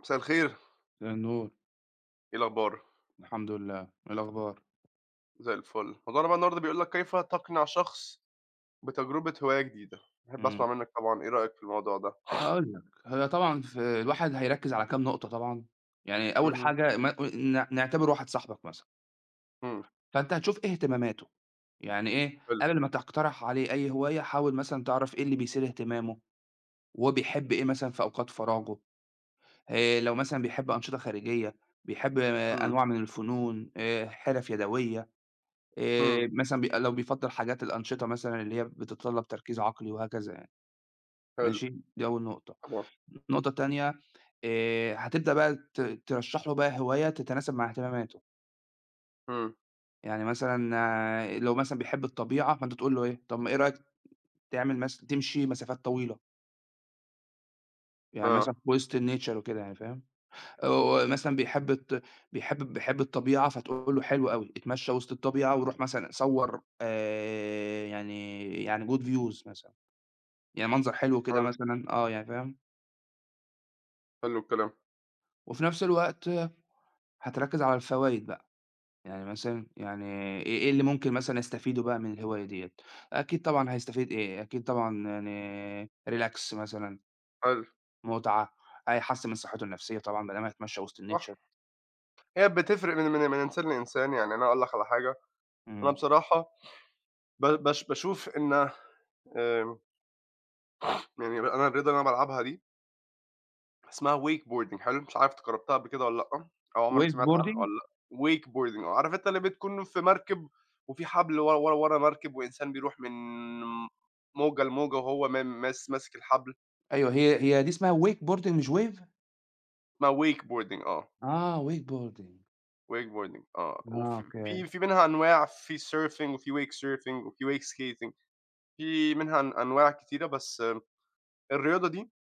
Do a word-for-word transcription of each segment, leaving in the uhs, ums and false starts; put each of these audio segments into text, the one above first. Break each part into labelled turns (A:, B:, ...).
A: مساء الخير،
B: النور،
A: إيه الأخبار؟
B: الحمد لله، إيه الأخبار؟
A: زي الفل، موضوعنا بقى النهارده بيقول لك كيف تقنع شخص بتجربة هواية جديدة؟ أحب أسمع
B: إمم،
A: منك طبعًا، إيه رأيك في الموضوع ده؟
B: هاقول لك، هي طبعًا في الواحد هيركّز على كام نقطة طبعًا، يعني أول
A: اهم،
B: حاجة ما ن نعتبر واحد صاحبك مثلًا،
A: إمم،
B: فأنت هتشوف إيه اهتماماته، يعني إيه،
A: حلو،
B: قبل ما تقترح عليه أي هواية حاول مثلًا تعرف إيه اللي بيثير اهتمامه، وهو بيحب إيه مثلًا في أوقات فراغه، آآ، لو مثلًا بيحب أنشطة خارجية، بيحب آه،
A: إمم،
B: أنواع من الفنون، آآ، حرف يدوية،
A: إمم،
B: آآ، مثلًا بي لو بيفضّل حاجات الأنشطة مثلًا اللي هي بتتطلب تركيز عقلي وهكذا يعني.
A: حلو
B: ماشي، دي أول نقطة.
A: طبعًا،
B: النقطة التانية آآ، هتبدأ بقى ت ترشّح له بقى هواية تتناسب مع اهتماماته،
A: إمم،
B: يعني مثلًا آه، لو مثلًا بيحب الطبيعة، فأنت تقول له إيه، طب ما إيه رأيك تعمل مث تمشي مسافات طويلة، يعني
A: آه،
B: مثلًا في وسط الnature وكده يعني فاهم؟ أو مثلًا بيحب الت بيحب بيحب الطبيعة، فتقول له حلو أوي، اتمشى وسط الطبيعة وروح مثلًا صوّر آآ، يعني يعني good views مثلًا، يعني منظر حلو كده
A: حلو،
B: مثلًا، آه، يعني فاهم؟
A: حلو الكلام،
B: وفي نفس الوقت هتركّز على الفوايد بقى. يعني مثلًا يعني إيه إيه اللي ممكن مثلًا أستفيده بقى من الهواية ديّة؟ أكيد طبعًا هيستفيد إيه، أكيد طبعًا يعني relax مثلًا،
A: حلو،
B: متعة، هيحسّن من صحته النفسية طبعًا بدل ما دام هيتمشى وسط
A: صح،
B: الnature.
A: هي بتفرق من من من إنسان لإنسان، يعني أنا أقول لك على حاجة. أنا
B: إمم.
A: بصراحة ب باش باشوف إن آمم، يعني أنا الرياضة اللي أنا بالعبها دي اسمها wake boarding. حلو، مش عارف أنت جرّبتها قبل كده والّا لأ، أو عمرك سمعت عنها
B: wakeboarding.
A: والّا لأ. wake boarding آه، عارف أنت اللي بتكون في مركب وفي حبل ورا ورا ورا مركب وإنسان بيروح من موجة لموجة وهو ما ماس ماسك الحبل.
B: أيوه هي هي دي اسمها wakeboarding مش wave؟
A: اسمها wake boarding آه،
B: آه wakeboarding.
A: wake boarding آه.
B: آه
A: وف
B: أوكي،
A: في في منها أنواع: في surfing وفي wake surfing وفي wake skating. في منها أن أنواع كتيرة. بس الرياضة دي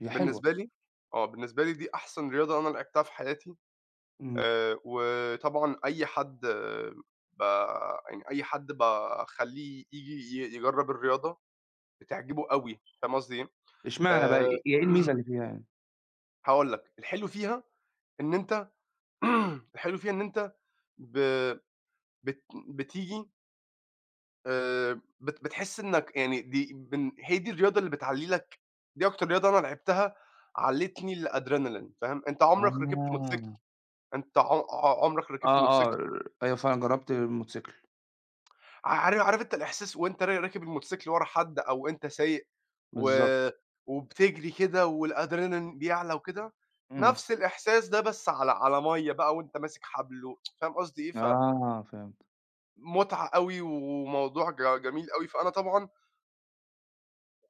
B: هي حلوة،
A: بالنسبة لي آه، بالنسبة لي دي أحسن رياضة أنا لعبتها في حياتي.
B: إمم،
A: آآ وطبعًا أي حد آه، ب يعني أي حد باخلّيه ييجي ي يجرّب الرياضة بتعجبه أوي، فاهم قصدي إيه؟
B: إشمعنى بقى
A: آآ
B: إيه إيه الميزة اللي فيها يعني؟
A: هاقول لك، الحلو فيها إن أنت الحلو فيها إن أنت ب بت بتيجي، آآ بت بتحس إنك يعني دي بن هي دي الرياضة اللي بتعلّي لك. دي أكتر رياضة أنا لعبتها، علّتني الأدرينالين، فاهم؟ أنت عمرك ركبت موتوسيكل؟
B: آه،
A: أنت ع عمرك ركبت
B: آه،
A: موتوسيكل؟
B: آه، أيوه فعلًا جرّبت الموتوسيكل،
A: عارف عارف أنت الإحساس وأنت را راكب الموتوسيكل ورا حد أو أنت سايق، و
B: بالضبط،
A: وبتجري كده والأدرينالين بيعلى وكده.
B: إمم،
A: نفس الإحساس ده بس على على مَيّة بقى وأنت ماسك حبل، و فاهم قصدي إيه.
B: آه فهمت،
A: فمتعة أوي وموضوع ج جميل أوي. فأنا طبعًا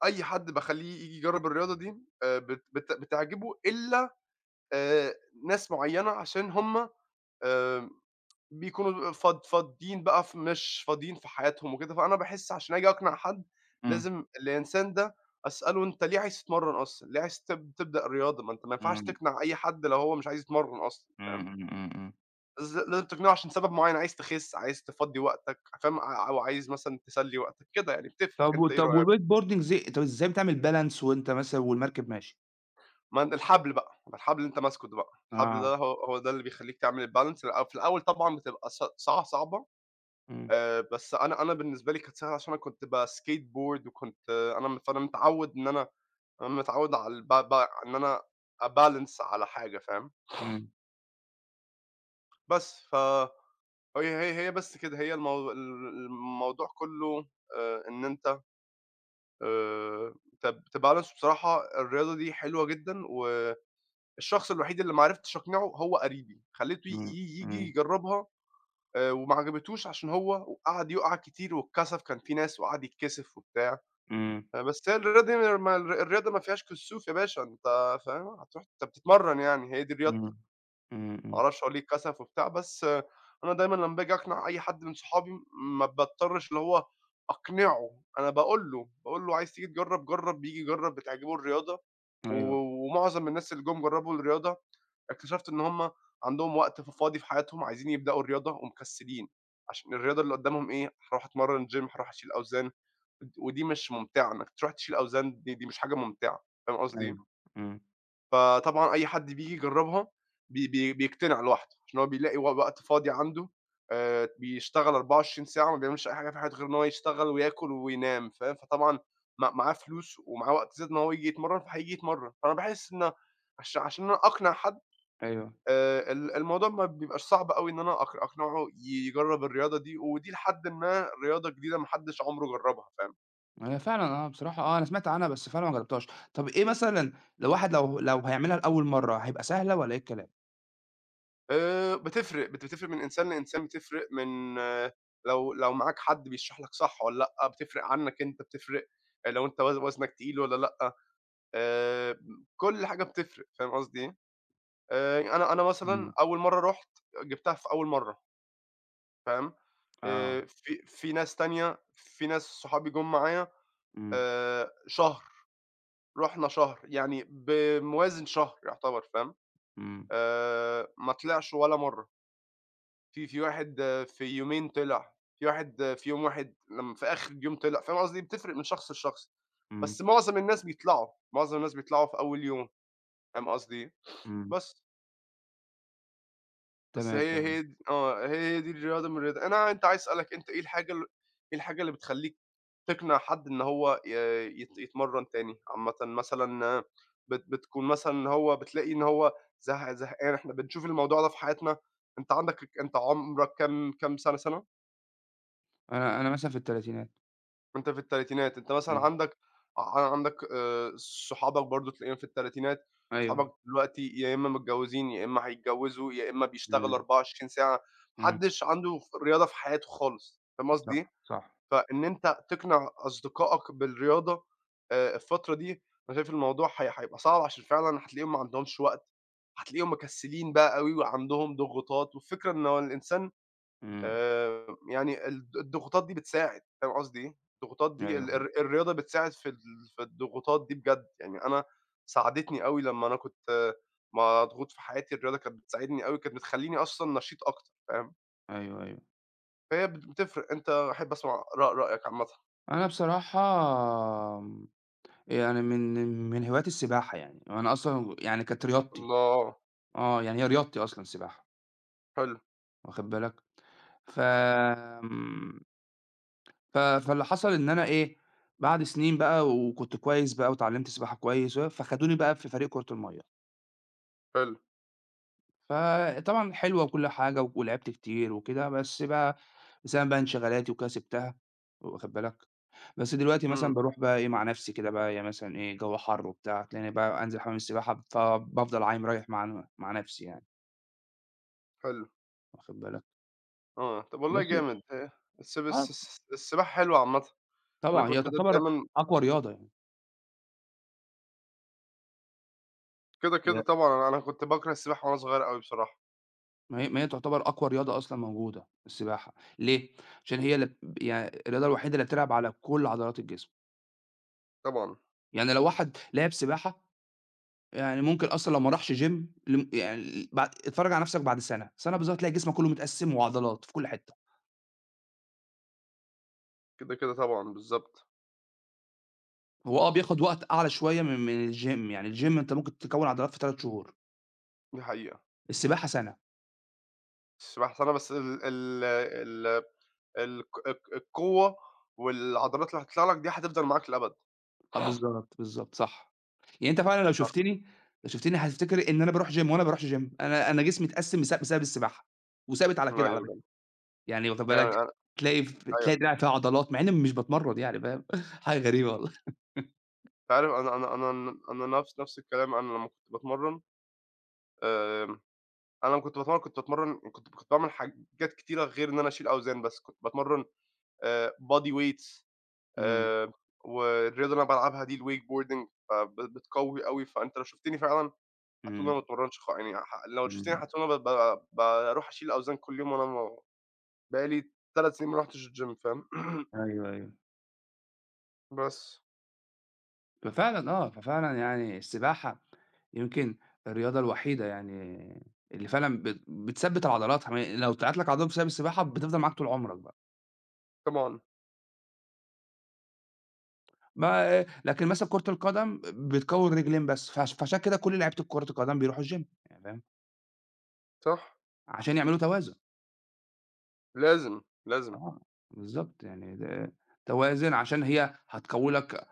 A: أي حد باخلّيه ييجي يجرّب الرياضة دي آآ بت بت بتعجبه، إلا آآ ناس معيّنة عشان هم آآ بيكونوا فاض فاضيين بقى، ف مش فاضيين في حياتهم وكده. فأنا باحس عشان آجي أقنع حد،
B: إمم،
A: لازم الإنسان ده أسأله أنت ليه عايز تتمرّن أصلًا، ليه عايز تب تبدأ رياضة؟ ما أنت ما ينفعش
B: إمم.
A: تقنع أي حد لو هو مش عايز يتمرّن أصلًا، فاهم؟
B: إمم، إمم، إمم، إمم.
A: لاز لازم تقنعه عشان سبب معيّن: عايز تخِس، عايز تفضّي وقتك، فاهم؟ ع أو عايز مثلًا تسلّي وقتك، كده يعني بتفرق.
B: طب و
A: أنت إيه
B: طب
A: رأيك؟
B: والwakeboarding زي طب إزاي بتعمل balance وأنت مثلًا والمركب ماشي؟
A: ما أن الحبل بقى، ما الحبل اللي أنت ماسكه ده بقى، الحبل
B: آه،
A: ده هو هو ده اللي بيخلّيك تعمل الbalance. الأ في الأول طبعًا بتبقى ص صع صعبة،
B: إمم،
A: آآ، بس أنا أنا بالنسبة لي كانت سهلة عشان أنا كنت بskate board وكنت آه، أنا م فأنا متعوّد إن أنا أنا متعوّد على الب ب إن أنا أbalance على حاجة، فاهم؟
B: إمم،
A: بس ف هي هي هي بس كده، هي المو ال الموضوع كلّه آآ، إن أنت آآ، تب تbalance. بصراحة الرياضة دي حلوة جدًا، والشخص الوحيد اللي ما عرفتش أقنعه هو قريبي. خلّيته ي
B: إمم،
A: ي ييجي
B: إمم،
A: يجرّبها آآ، وما عجبتهوش عشان هو قعد يُقع كتير واتكسف، كان في ناس وقعد يتكسف وبتاع.
B: إمم،
A: آآ بس هي الرياضة دي ما الر الرياضة ما فيهاش كسوف يا باشا. أنت فاهم، هتروح أنت بتتمرّن يعني، هي دي الرياضة.
B: إمم، إمم،
A: ما
B: إمم،
A: أعرفش هو ليه اتكسف وبتاع، بس آه، أنا دايمًا لمّا باجي أقنع أي حد من صحابي ما باضطرش اللي هو أقنعه. أنا باقول له، باقول له: "عايز تيجي تجرّب، جرّب." بييجي يجرّب، بتعجبه الرياضة. و
B: أيوه،
A: ومعظم الناس اللي جُم جرّبوا الرياضة، اكتشفت إن هم عندهم وقت ف فاضي في حياتهم، عايزين يبدأوا الرياضة ومكسلين، عشان الرياضة اللي قدّامهم إيه، هاروح أتمرّن gym، هاروح أشيل أوزان، ود ودي مش ممتعة. إنك تروح تشيل أوزان، دي دي مش حاجة ممتعة، فاهم قصدي إيه؟
B: أيوه. إمم.
A: فطبعًا أي حد بييجي يجرّبها بي بي بيقتنع لوحده، عشان هو بيلاقي و وقت فاضي عنده. آآ، بيشتغل أربعة وعشرين ساعة، ما بيعملش أي حاجة في حياته غير إن هو يشتغل وياكل وينام، فاهم؟ فطبعًا مع معاه فلوس ومعاه وقت زيادة إن هو ييجي يتمرّن، فهييجي يتمرّن. فأنا باحس إن عش عشان أنا أقنع حد،
B: أيوه،
A: آآ، ال الموضوع ما بيبقاش صعب أوي إن أنا أق أقنعه يجرّب الرياضة دي، ودي لحدٍ ما رياضة جديدة ما حدش عمره جرّبها، فاهم؟
B: هي فعلًا آه، بصراحة آه، أنا سمعت عنها بس فعلًا ما جربتهاش. طب إيه مثلًا لو واحد لو لو هيعملها لأول مرّة، هيبقى سهلة والّا إيه الكلام؟
A: آآ بتفرق، بت بتفرق من إنسان لإنسان. بتفرق من آه، لو لو معاك حد بيشرح لك صح والّا لأ، بتفرق عنّك أنت، بتفرق آه، لو أنت وز وزنك تقيل والّا لأ، آآ، كل حاجة بتفرق، فاهم قصدي إيه؟ آآ أنا أنا مثلًا
B: إمم،
A: أول مرّة رُحت جِبتها في أول مرّة، فاهم؟
B: آه،
A: آآ في في ناس تانية، في ناس صحابي جُم معايا
B: إمم،
A: آآ شهر، رُحنا شهر، يعني بموازن شهر يعتبر، فاهم؟
B: إمم،
A: آآ ما طلعش ولا مرّة. في في واحد آه، في يومين طلع، في واحد آه، في يوم واحد لم في آخر اليوم طلع، فاهم قصدي؟ بتفرق من شخص لشخص.
B: إمم،
A: بس معظم الناس بيطلعوا، معظم الناس بيطلعوا في أول يوم، فاهم قصدي إيه؟
B: إمم.
A: بس. بس
B: تمام،
A: هي
B: تمام.
A: هي د آه، هي هي دي الرياضة من الرياض أنا، أنت عايز أسألك أنت إيه الحاجة ال إيه الحاجة اللي بتخلّيك تقنع حد إن هو ي يت يتمرّن تاني؟ عامةً مثلًا آه، بت بتكون مثلًا إن هو بتلاقي إن هو زه زهقان. إحنا بنشوف الموضوع ده في حياتنا. أنت عندك، أنت عمرك كام كام سنة سنة؟
B: أنا أنا مثلًا في التلاتينات.
A: وأنت في التلاتينات، أنت مثلًا
B: إمم.
A: عندك ع عندك آآ صحابك برضه تلاقيهم في التلاتينات.
B: أيوه.
A: صحابك دلوقتي يا إما متجوزين، يا إما هيتجوزوا، يا إما بيشتغلوا
B: إمم،
A: أربعة وعشرين ساعة، ما
B: إمم،
A: حدش عنده ف رياضة في حياته خالص، فاهم
B: صح،
A: قصدي إيه؟
B: صح،
A: فإن أنت تقنع أصدقائك بالرياضة آآ الفترة دي، أنا شايف الموضوع هي هيبقى صعب عشان فعلًا هتلاقيهم ما عندهمش وقت، هتلاقيهم مكسلين بقى أوي وعندهم ضغوطات. والفكرة إن هو الإنسان
B: إمم.
A: آآ يعني الض الضغوطات دي بتساعد، فاهم قصدي إيه؟ الضغوطات دي، ال
B: أيوه،
A: الر الرياضة بتساعد في ال في الضغوطات دي بجد. يعني أنا ساعدتني أوي لمّا أنا كنت آه، مضغوط في حياتي، الرياضة كانت بتساعدني أوي، كانت بتخلّيني أصلًا نشيط أكتر، فاهم؟
B: أيوه، أيوه.
A: فهي بت بتفرق. أنت أحب أسمع رأ رأيك عامةً.
B: أنا بصراحة آمم، يعني من من هواياتي السباحة يعني، وأنا أصلًا يعني كانت رياضتي،
A: الله!
B: آه، يعني هي رياضتي أصلًا السباحة،
A: حلو،
B: واخد بالك؟ ف آمم، ف فاللي حصل إن أنا إيه، بعد سنين بقى وكنت كويس بقى واتعلّمت سباحة كويس و فخدوني بقى في فريق كرة المَيّة،
A: حلو،
B: فطبعًا حلوة وكل حاجة ولعبت كتير وكده، بس بقى بسبب بقى انشغالاتي وكده سِبتها، واخد بالك؟ بس دلوقتي مثلًا
A: إمم،
B: باروح بقى إيه، مع نفسي كده بقى إيه، مثلًا إيه، الجو حَر وبتاع، تلاقيني بقى أنزل حمام السباحة فبافضل عايم رايح مع ن مع نفسي يعني،
A: حلو،
B: واخد بالك؟
A: آه، طب والله
B: بس
A: جامد، آآ السب
B: آه،
A: الس الس السباحة حلوة عامةً. أنا
B: طبعًا هي
A: كنت د
B: تعتبر
A: دايمًا
B: أقوى رياضة يعني،
A: كده. كده
B: هي
A: طبعًا أنا أنا كنت باكره السباحة وأنا صغير أوي بصراحة.
B: ما هي ما هي تعتبر أقوى رياضة أصلًا موجودة السباحة، ليه؟ عشان هي اللي ب يعني الرياضة الوحيدة اللي بتلعب على كل عضلات الجسم،
A: طبعًا.
B: يعني لو واحد لعب سباحة يعني ممكن أصلًا لو ما راحش gym لم يعني بعد اتفرّج على نفسك بعد سَنة، سَنة بالضبط تلاقي جسمك كله متقسّم وعضلات في كل حتّة.
A: كده، كده طبعًا، بالضبط،
B: هو آه، بياخد وقت أعلى شوية من من الgym، يعني الgym أنت ممكن تكوّن عضلات في ثلاثة شهور،
A: دي حقيقة.
B: السباحة سَنة.
A: السباحة، أصل أنا بس ال ال ال الق الق القوة والعضلات اللي هتطلع لك دي هتفضل معاك للأبد.
B: آه، بالضبط، بالضبط، صح. يعني أنت فعلًا لو شُفتني لو شُفتني هتفتكر إن أنا باروح gym وأنا ما باروحش gym، أنا أنا جسمي اتقسّم بس بسبب السباحة، وثابت على كده على
A: أيوه،
B: فكرة،
A: جدًا،
B: يعني واخد
A: يعني
B: بالك،
A: أنا
B: تلاقي ف تلاقي
A: أيوه.
B: دراعي فيها عضلات مع إني مش باتمرّن يعني فاهم، حاجة غريبة والله.
A: أنت عارف أنا أنا أنا ن أنا نفس نفس الكلام. أنا لمّا كنت باتمرّن آمم، أنا لمّا كنت باتمرّن كنت باتمرّن كنت كنت باعمل حاجات كتيرة غير إن أنا أشيل أوزان بس. كنت باتمرّن آآ body weights
B: إمم،
A: آآ، والرياضة اللي أنا بالعبها دي الwake boarding فب بتقوّي أوي. فأنت لو شُفتني فعلًا هتقول إن أنا
B: إمم،
A: ما باتمرّنش، خ يعني ح لو شُفتيني
B: إمم،
A: هتقول أنا ب ب باروح أشيل أوزان كل يوم، وأنا ما بقى لي تلات سنين ما رُحتش الgym، فاهم؟
B: أيوه، أيوه.
A: بس.
B: ففعلًا آه، ففعلًا يعني السباحة يمكن الرياضة الوحيدة يعني اللي فعلًا بت بتثبّت العضلات ح يعني لو اتقطعت لك عضلة بسبب السباحة بتفضل معاك طول عمرك بقى،
A: طبعًا،
B: ما لكن مثلًا كرة القدم بتقوي الرجلين بس، فعش فعشان كده كل لعيبة كرة القدم بيروحوا الgym يعني فاهم،
A: صح،
B: عشان يعملوا توازن،
A: لازم، لازم،
B: آه، بالضبط يعني ده توازن عشان هي هتقوي لك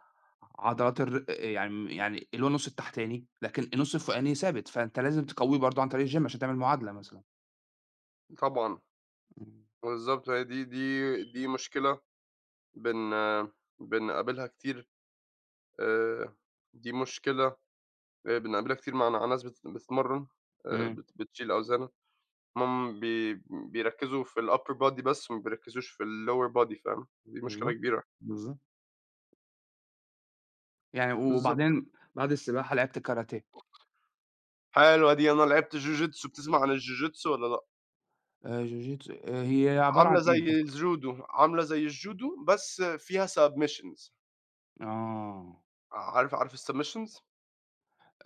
B: عضلات الر يعني يعني اللي هو النُص التحتاني، لكن النُص الفوقاني ثابت، فأنت لازم تقويه برضه عن طريق الgym عشان تعمل معادلة مثلًا.
A: طبعًا،
B: إمم.
A: بالضبط. هي دي دي دي مشكلة بن بنقابلها كتير. آآ، دي مشكلة آآ، بنقابلها كتير مع ن ناس بت بتتمرّن، آآ،
B: إمم.
A: بت بتشيل أوزان. هُم بي بيركّزوا في الupper body بس، ما بيركّزوش في الlower body، فاهم؟ دي مشكلة
B: بالضبط،
A: كبيرة.
B: بالضبط. يعني و
A: بالضبط.
B: وبعدين بعد السباحة لعبت كاراتيه،
A: حلوة دي، أنا لعبت جوجيتسو. بتسمع عن الجوجيتسو والّا لأ؟
B: آآ جوجيتسو آآ هي عبارة عن
A: عاملة زي
B: إيه؟ فك
A: الجودو، عاملة زي الجودو بس فيها submissions.
B: آه،
A: عارف عارف الsubmissions؟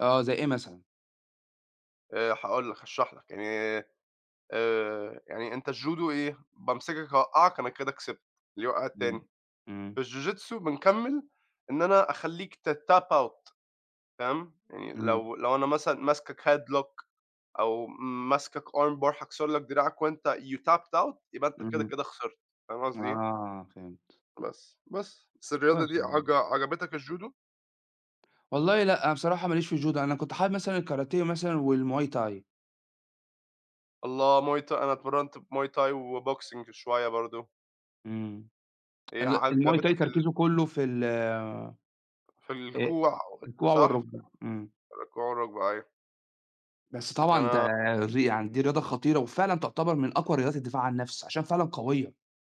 B: آه زي إيه مثلًا؟
A: آآ هاقول لك، هاشرح لك، يعني آآ يعني أنت الجودو إيه، بامسكك أوقّعك أنا كده كسبت، اللي يوقّع
B: إمم،
A: التاني.
B: إمم،
A: في الجوجيتسو بنكمّل إن أنا أخلّيك ت tap out، فاهم؟ يعني
B: إمم،
A: لو لو أنا مثلًا ماسكك headlock أو ماسكك arm bar، هاكسر لك دراعك وأنت you tapped out، يبقى أنت كده
B: إمم،
A: كده خسرت، فاهم قصدي إيه؟
B: آه فهمت،
A: بس، بس، بس الرياضة
B: كويس
A: دي،
B: والله.
A: عج عجبتك الجودو؟
B: والله لأ، أنا بصراحة ما ليش في الجودو، أنا كنت حابب مثلًا الكاراتيه مثلًا والمواي تاي،
A: الله! muay thai، أنا اتمرنت muay thai وboxing شوية برضه.
B: إمم،
A: هي
B: ال المواي تاي
A: عجبتك ال
B: تركيزه كلّه في ال آآ
A: في الكوع
B: الكوع
A: صح؟
B: والركبة، إمم،
A: الكوع والركبة أيوه.
B: بس طبعًا ده
A: أنا
B: ر يعني دي رياضة خطيرة وفعلًا تعتبر من أقوى رياضات الدفاع عن النفس، عشان فعلًا قوية.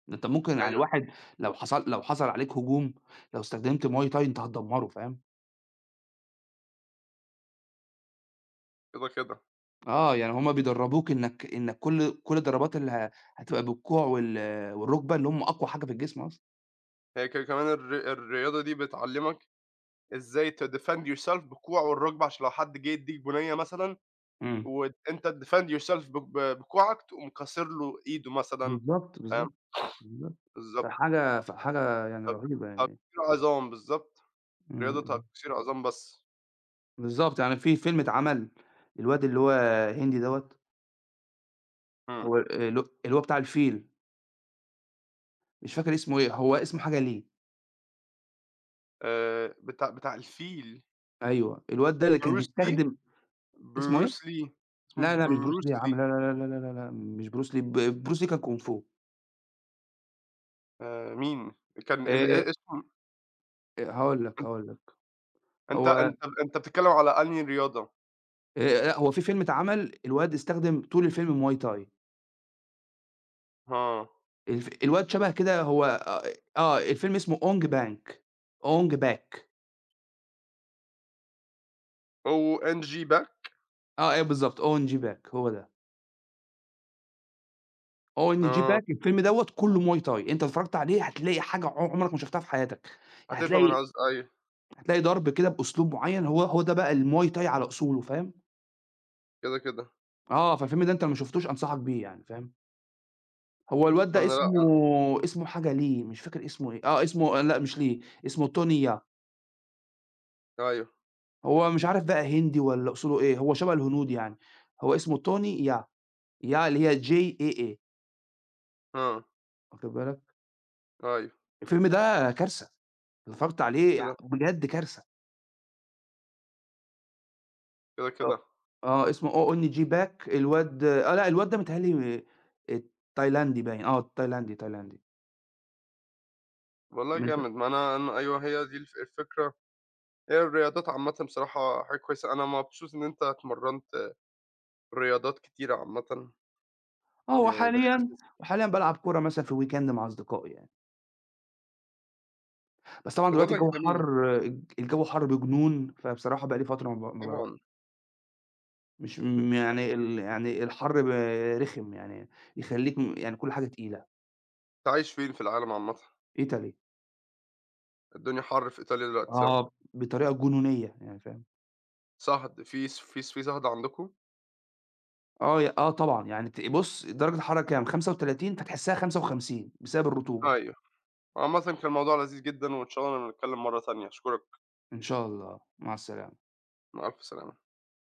B: ده أنت ممكن يعني
A: أيوه،
B: الواحد لو حصل لو حصل عليك هجوم، لو استخدمت muay thai أنت هتدمّره فاهم،
A: كده، كده.
B: آه، يعني هم بيدرّبوك إنك إنك كل كل الضربات اللي ه هتبقى بالكوع وال والرُكبة اللي هم أقوى حاجة في الجسم أصلًا.
A: هي ك كمان الر الرياضة دي بتعلّمك إزاي تdefend yourself بالكوع والركبة، عشان لو حد جه يدّيك بُنية مثلًا،
B: إمم.
A: وأنت تdefend yourself ب ب بكوعك، تقوم كاسر له إيده مثلًا،
B: بالضبط، بالضبط،
A: فاهم؟
B: بالضبط.
A: بالضبط.
B: فحاجة فحاجة يعني
A: ت
B: رهيبة يعني.
A: تكسير عظام بالضبط.
B: إمم،
A: رياضة
B: إمم.
A: تكسير عظام بس.
B: بالضبط، يعني في فيلم اتعمل الواد اللي هو هندي دوّة،
A: إمم.
B: هو ال اللي هو بتاع الفيل، مش فاكر اسمه إيه، هو اسمه حاجة ليه،
A: آآ بتاع بتاع الفيل
B: أيوه، الواد ده اللي كان
A: Bruce Lee.
B: بيستخدم اسمه إيه؟
A: Bruce Lee، اسمه
B: لا، لا، مش بروس لي
A: Bruce
B: يا عم،
A: Lee.
B: لا، لا، لا، لا، لا، لا، مش بروس لي، ب بروس لي كان كونغ فو.
A: آآ مين؟ كان ال
B: آآ
A: أ اسمه.
B: هاقول لك، هاقول لك،
A: أنت
B: هو آآ
A: أنت أنت بتتكلّم على أنهي رياضة؟
B: لأ، هو في فيلم اتعمل الواد استخدم طول الفيلم muay thai.
A: آه،
B: الف الواد شبه كده هو آآ آه، الفيلم اسمه أونج بانك، أونج باك،
A: أونج بقى؟
B: آه، أيوه بالضبط، أونج باك هو ده، أونج
A: آه،
B: باك الفيلم دوّة كُلّه muay thai أنت اتفرّجت عليه هتلاقي حاجة ع عمرك ما شُفتها في حياتك،
A: هتفهم
B: هتلاقي
A: أنا قصدي أيوه،
B: هتلاقي ضرب كده بأسلوب معيّن هو هو ده بقى الmuay thai على أصوله فاهم،
A: كده، كده.
B: آه، فالفيلم ده أنت لو ما شُفتوش أنصحك بيه يعني فاهم. هو الواد ده
A: أنا
B: اسمه
A: لأ.
B: اسمه حاجة ليه، مش فاكر اسمه إيه، آه اسمه آه، لأ مش ليه، اسمه توني يا،
A: أنا أيوه،
B: هو مش عارف بقى هندي والّا أصوله إيه، هو شبه الهنود يعني، هو اسمه توني يا، يا اللي هي جا
A: آه،
B: واخد بالك،
A: أيوه،
B: الفيلم ده كارثة، اتفرّجت عليه ع
A: كده،
B: بجد كارثة،
A: كده، كده.
B: آه، آه اسمه أونج باك الواد آه لأ الواد ده متهيأ لي آآ تايلاندي باين، آه تايلاندي، تايلاندي،
A: والله
B: من ت
A: جامد. ما أنا أنا أيوه، هي دي الف الفكرة. هي الرياضات عامةً بصراحة حاجة كويسة، أنا مبسوط إن أنت اتمرّنت رياضات كتيرة عامةً.
B: آه
A: آآ
B: هو
A: دخلت
B: حاليًا
A: س
B: وحاليًا بالعب كورة مثلًا في الweekend مع أصدقائي يعني. بس طبعًا
A: طب
B: دلوقتي
A: والله
B: الجو
A: جميل.
B: حَر الجو حَر بجنون، فبصراحة بقى لي فترة ما ب ما
A: طبعًا.
B: باروحش، مش م يعني ال يعني الحَر ب رخم يعني يخلّيك م يعني كل حاجة تقيلة،
A: أنت عايش فين في العالم عامةً؟
B: Italy.
A: الدنيا حَر في إيطاليا دلوقتي صح؟
B: آه، بطريقة جنونية يعني فاهم،
A: صهد في س في في صهد عندكم؟
B: آه، ي آه طبعًا، يعني ت بُص درجة الحرارة كام، خمسة وتلاتين فتحسّها خمسة وخمسين بسبب الرطوبة،
A: أيوه. عامةً كان الموضوع لذيذ جدًا، وإن شاء الله نبقى نتكلم مرّة تانية. أشكرك.
B: إن شاء الله، مع السلامة.
A: مع ألف سلامة.